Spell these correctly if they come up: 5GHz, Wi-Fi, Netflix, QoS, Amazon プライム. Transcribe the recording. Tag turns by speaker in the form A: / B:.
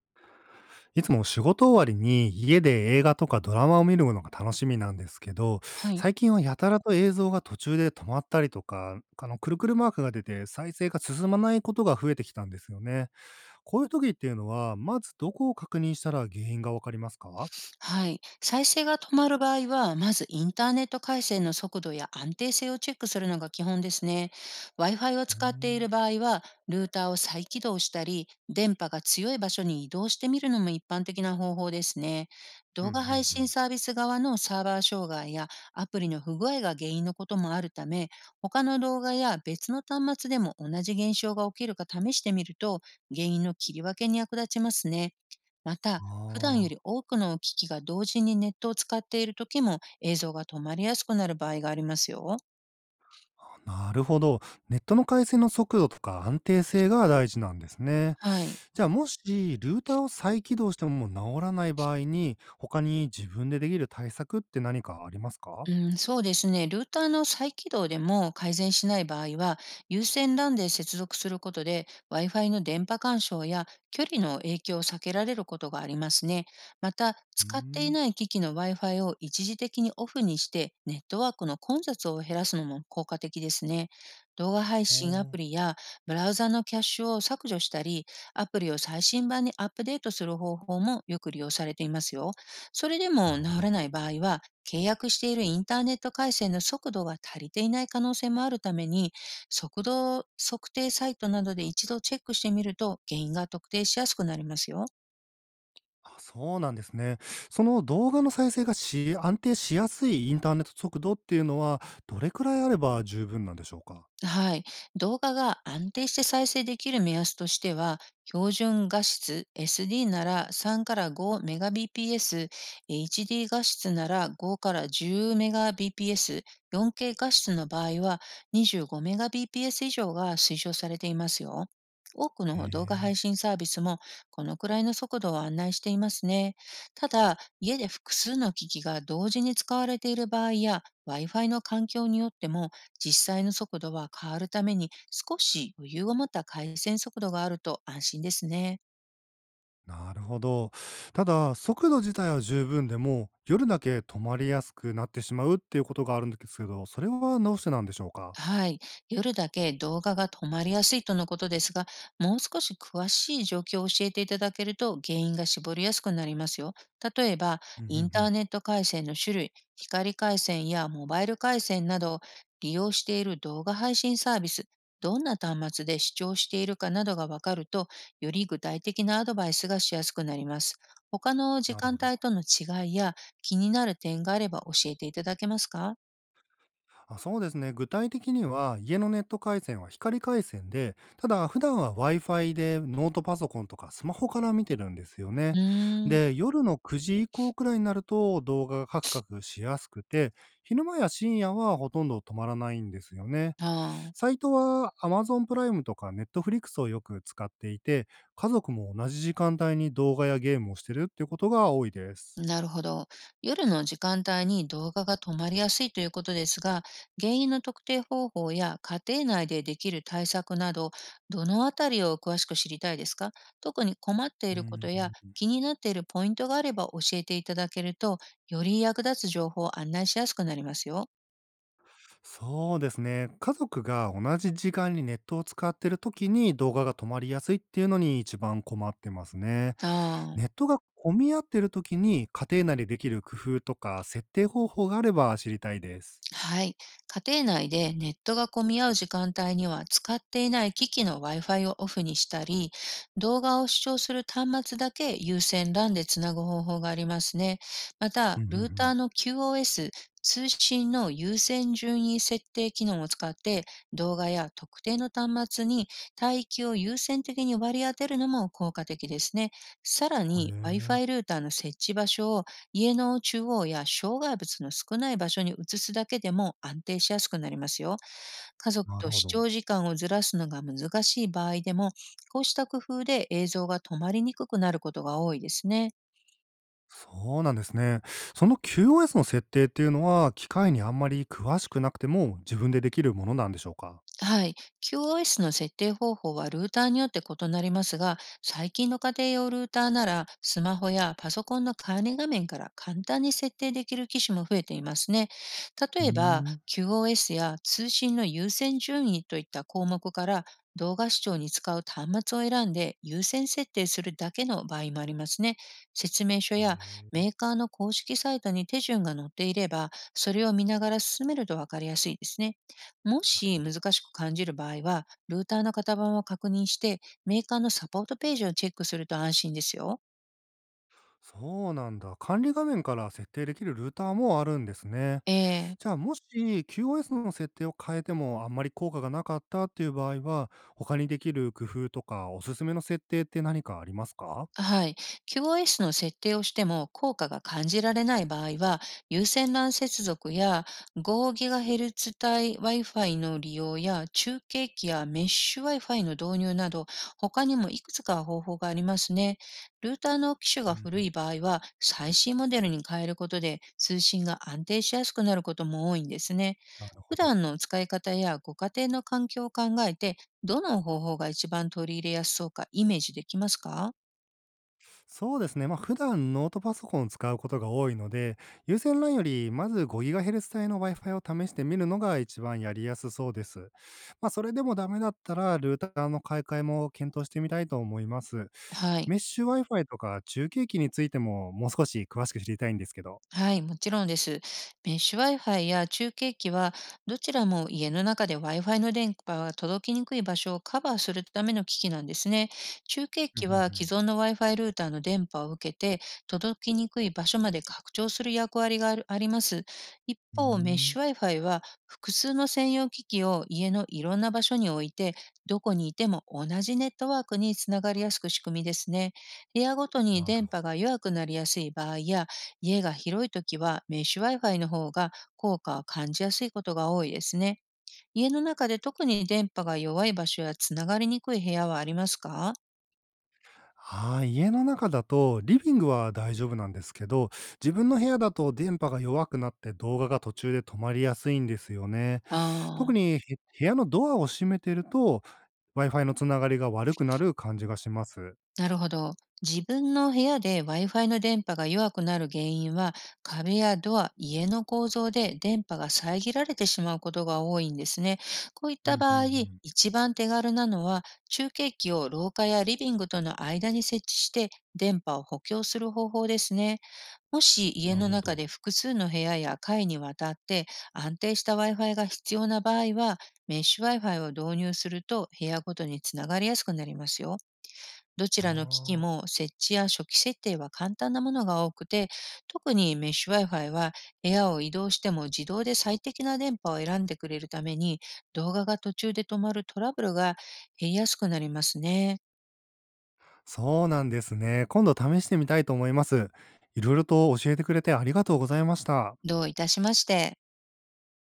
A: いつも仕事終わりに家で映画とかドラマを見るのが楽しみなんですけど、
B: はい。
A: 最近はやたらと映像が途中で止まったりとか、くるくるマークが出て再生が進まないことが増えてきたんですよね。こういう時っていうのは、まずどこを確認したら原因がわかりますか？
B: はい。再生が止まる場合は、まずインターネット回線の速度や安定性をチェックするのが基本ですね。Wi-Fi を
A: うー
B: 使ってい
A: ん。
B: る場合は、ルーターを再起動したり、電波が強い場所に移動してみるのも一般的な方法ですね。
A: うん。
B: 動
A: う
B: 画配
A: ん。う
B: 信
A: ん。
B: サービス側のサーバー障害やアプリの不具合が原因のこともあるため、他の動画や別の端末でも同じ現象が起きるか試してみると、原因の切り分けに役立ちますね。また、普段よ
A: あ
B: り
A: あ。
B: 多くの機器が同時にネットを使っている時も映像が止まりやすくなる場合がありますよ。
A: なるほど。ネットの回線の速度とか安定性が大事なんですね。
B: はい。
A: じゃあもしルーターを再起動してももう治らない場合に、他に自分でできる対策って何かありますか？
B: うん、そうですね。ルーターの再起動でも改善しない場合は、有線 LAN で接続することで Wi-Fi の電波干渉や距離の影響を避けられることがありますね。また、
A: うー
B: 使ってい
A: ん。
B: ない機器の Wi-Fi を一時的にオフにして、ネットワークの混雑を減らすのも効果的ですね。動画配
A: お
B: 信ア
A: ー。
B: プリやブラウザのキャッシュを削除したり、アプリを最新版にアップデートする方法もよく利用されていますよ。それで
A: な
B: も
A: る
B: 治
A: ほ
B: ら
A: ど。
B: ない場合は、契約しているインターネット回線の速度が足りていない可能性もあるために、速度測定サイトなどで一度チェックしてみると原因が特定しやすくなりますよ。
A: あ、そうなんですね。その動画の再生が安定しやすいインターネット速度っていうのは、どれくらいあれば十分なんでしょうか？
B: はい。動画が安定して再生できる目安としては、標準画質 SD なら3から 5Mbps、HD 画質なら5から 10Mbps、4K 画質の場合は 25Mbps 以上が推奨されていますよ。多く
A: へ
B: の動画配
A: え。
B: 信サービスもこのくらいの速度を案内していますね。ただ、家で複数の機器が同時に使われている場合や Wi-Fi の環境によっても実際の速度は変わるために、少し余裕を持った回線速度があると安心ですね。
A: なるほど。ただ、速度自体は十分でも、夜だけ止まりやすくなってしまうっていうことがあるんですけど、それはどうしてなんでしょうか？
B: はい。夜だけ動画が止まりやすいとのことですが、もう少し詳しい状況を教えていただけると原因が絞りやすくなりますよ。例えば、
A: うん、ん
B: イン
A: う
B: タ
A: ん。
B: ーネット回線の種類、光回線やモバイル回線など、利用している動画配信サービス、どんな端末で視聴しているかなどがわかると、より具体的なアドバイスがしやすくなります。他の時
A: なるほ
B: 間
A: ど。
B: 帯との違いや気になる点があれば教えていただけますか？
A: あ、そうですね。具体的には、家のネット回線は光回線で、ただ普段は Wi-Fi でノートパソコンとかスマホから見てるんですよ
B: う
A: ね。
B: ーん。
A: で、夜の9時以降くらいになると動画がカクカクしやすくて、昼間や深夜はほとんど止まらないんですよね。
B: ああ。
A: サイトは Amazon プライムとか Netflix をよく使っていて、家族も同じ時間帯に動画やゲームをしてるっていうことが多いです。
B: なるほど。夜の時間帯に動画が止まりやすいということですが、原因の特定方法や家庭内でできる対策など、どのあたりを詳しく知りたいですか？特に困ってい
A: う
B: るこ
A: ん、
B: とや気になっているポイントがあれば教えていただけると、より役立つ情報を案内しやすくなりますよ。
A: そうですね。家族が同じ時間にネットを使ってる時に動画が止まりやすいっていうのに一番困ってますね。
B: あ
A: ネッ
B: あ。
A: トが混み合ってる時に家庭内でできる工夫とか設定方法があれば知りたいです。
B: はい。家庭内でネットが混み合う時間帯には、使っていない機器の Wi-Fi をオフにしたり、動画を視聴する端末だけ優先 LAN でつなぐ方法がありますね。ま
A: う
B: た、
A: んうんう
B: ルーター
A: ん。
B: の QoS、通信の優先順位設定機能を使って、動画や特定の端末に帯域を優先的に割り当てるのも効果的ですね。さら
A: へ
B: に
A: え、
B: Wi-Fi ルーターの設置場所を家の中央や障害物の少ない場所に移すだけでも安定しやすくなりますよ。家族
A: なる
B: と
A: ほ
B: 視聴
A: ど。
B: 時間をずらすのが難しい場合でも、こうした工夫で映像が止まりにくくなることが多いですね。
A: そうなんですね。その QoS の設定っていうのは機械にあんまり詳しくなくても自分でできるものなんでしょうか？
B: はい。QoS の設定方法はルーターによって異なりますが、最近の家庭用ルーターなら、スマホやパソコンの管理画面から簡単に設定できる機種も増えていますね。
A: うー
B: 例えば、
A: ん。
B: QoS や通信の優先順位といった項目から、動画視聴に使う端末を選んで優先設定するだけの場合もありますね。説明書
A: へ
B: や
A: え。
B: メーカーの公式サイトに手順が載っていれば、それを見ながら進めるとわかりやすいですね。も
A: なる
B: し
A: ほ
B: 難
A: ど。
B: しく感じる場合は、ルーターの型番を確認して、メーカーのサポートページをチェックすると安心ですよ。
A: そうなんだ。管理画面から設定できるルーターもあるんですね。
B: え
A: じ
B: え、
A: ゃあ、もし QoS の設定を変えてもあんまり効果がなかったっていう場合は、他にできる工夫とかおすすめの設定って何かありますか？
B: はい。QoS の設定をしても効果が感じられない場合は、有線 LAN 接続や 5GHz 帯 Wi-Fi の利用や、中継機やメッシュ Wi-Fi の導入など、他にもいくつか方法がありますね。ルーターの機種
A: う
B: が
A: ん、
B: 古い場合は、最新モデルに変えることで通信が安定しやすくなることも多いんですね。
A: なるほ
B: 普
A: ど。
B: 段の使い方やご家庭の環境を考えて、どの方法が一番取り入れやすそうかイメージできますか？
A: そうですね。まあ、普段ノートパソコンを使うことが多いので、有線 LAN よりまず 5GHz 帯の Wi-Fi を試してみるのが一番やりやすそうです。まあ、それでもダメだったら、ルーターの買い替えも検討してみたいと思います。
B: はい。
A: メッシュ Wi-Fi とか中継機についてももう少し詳しく知りたいんですけど。
B: はい、もちろんです。メッシュ Wi-Fi や中継機は、どちらも家の中で Wi-Fi の電波が届きにくい場所をカバーするための機器なんですね。中継
A: うんう
B: 機
A: んう
B: は既
A: ん。
B: 存の Wi-Fi ルーターの電波を受けて、届きにくい場所まで拡張する役割があります。一
A: うー
B: 方、メッ
A: ん。
B: シュ Wi-Fi は、複数の専用機器を家のいろんな場所に置いて、どこにいても同じネットワークにつながりやすく仕組みですね。部屋ごとに
A: なる
B: 電波が弱くなりやすい場合や、家が広いときはメッシュ Wi-Fi の方が効果を感じやすいことが多いですね。家の中で特に電波が弱い場所やつながりにくい部屋はありますか？
A: はい、家の中だとリビングは大丈夫なんですけど、自分の部屋だと電波が弱くなって動画が途中で止まりやすいんですよね。特
B: ああ、
A: に部屋のドアを閉めてると、Wi-Fi のつながりが悪くなる感じがします。
B: なるほど。自分の部屋で Wi-Fi の電波が弱くなる原因は、壁やドア、家の構造で電波が遮られてしまうことが多いんですね。こういっ
A: う
B: た
A: んうん
B: 場
A: う
B: 合、
A: ん。
B: 一番手軽なのは中継機を廊下やリビングとの間に設置して電波を補強する方法ですね。もし家
A: なる
B: の
A: ほ
B: 中
A: ど。
B: で複数の部屋や階にわたって安定した Wi-Fi が必要な場合は、メッシュ Wi-Fi を導入すると部屋ごとにつながりやすくなりますよ。どち
A: あ
B: らの機器
A: あ、
B: も設置や初期設定は簡単なものが多くて、特にメッシュ Wi-Fi は部屋を移動しても自動で最適な電波を選んでくれるために、動画が途中で止まるトラブルが減りやすくなりますね。
A: そうなんですね。今度試してみたいと思います。いろいろと教えてくれてありがとうございました。
B: どういたしまして。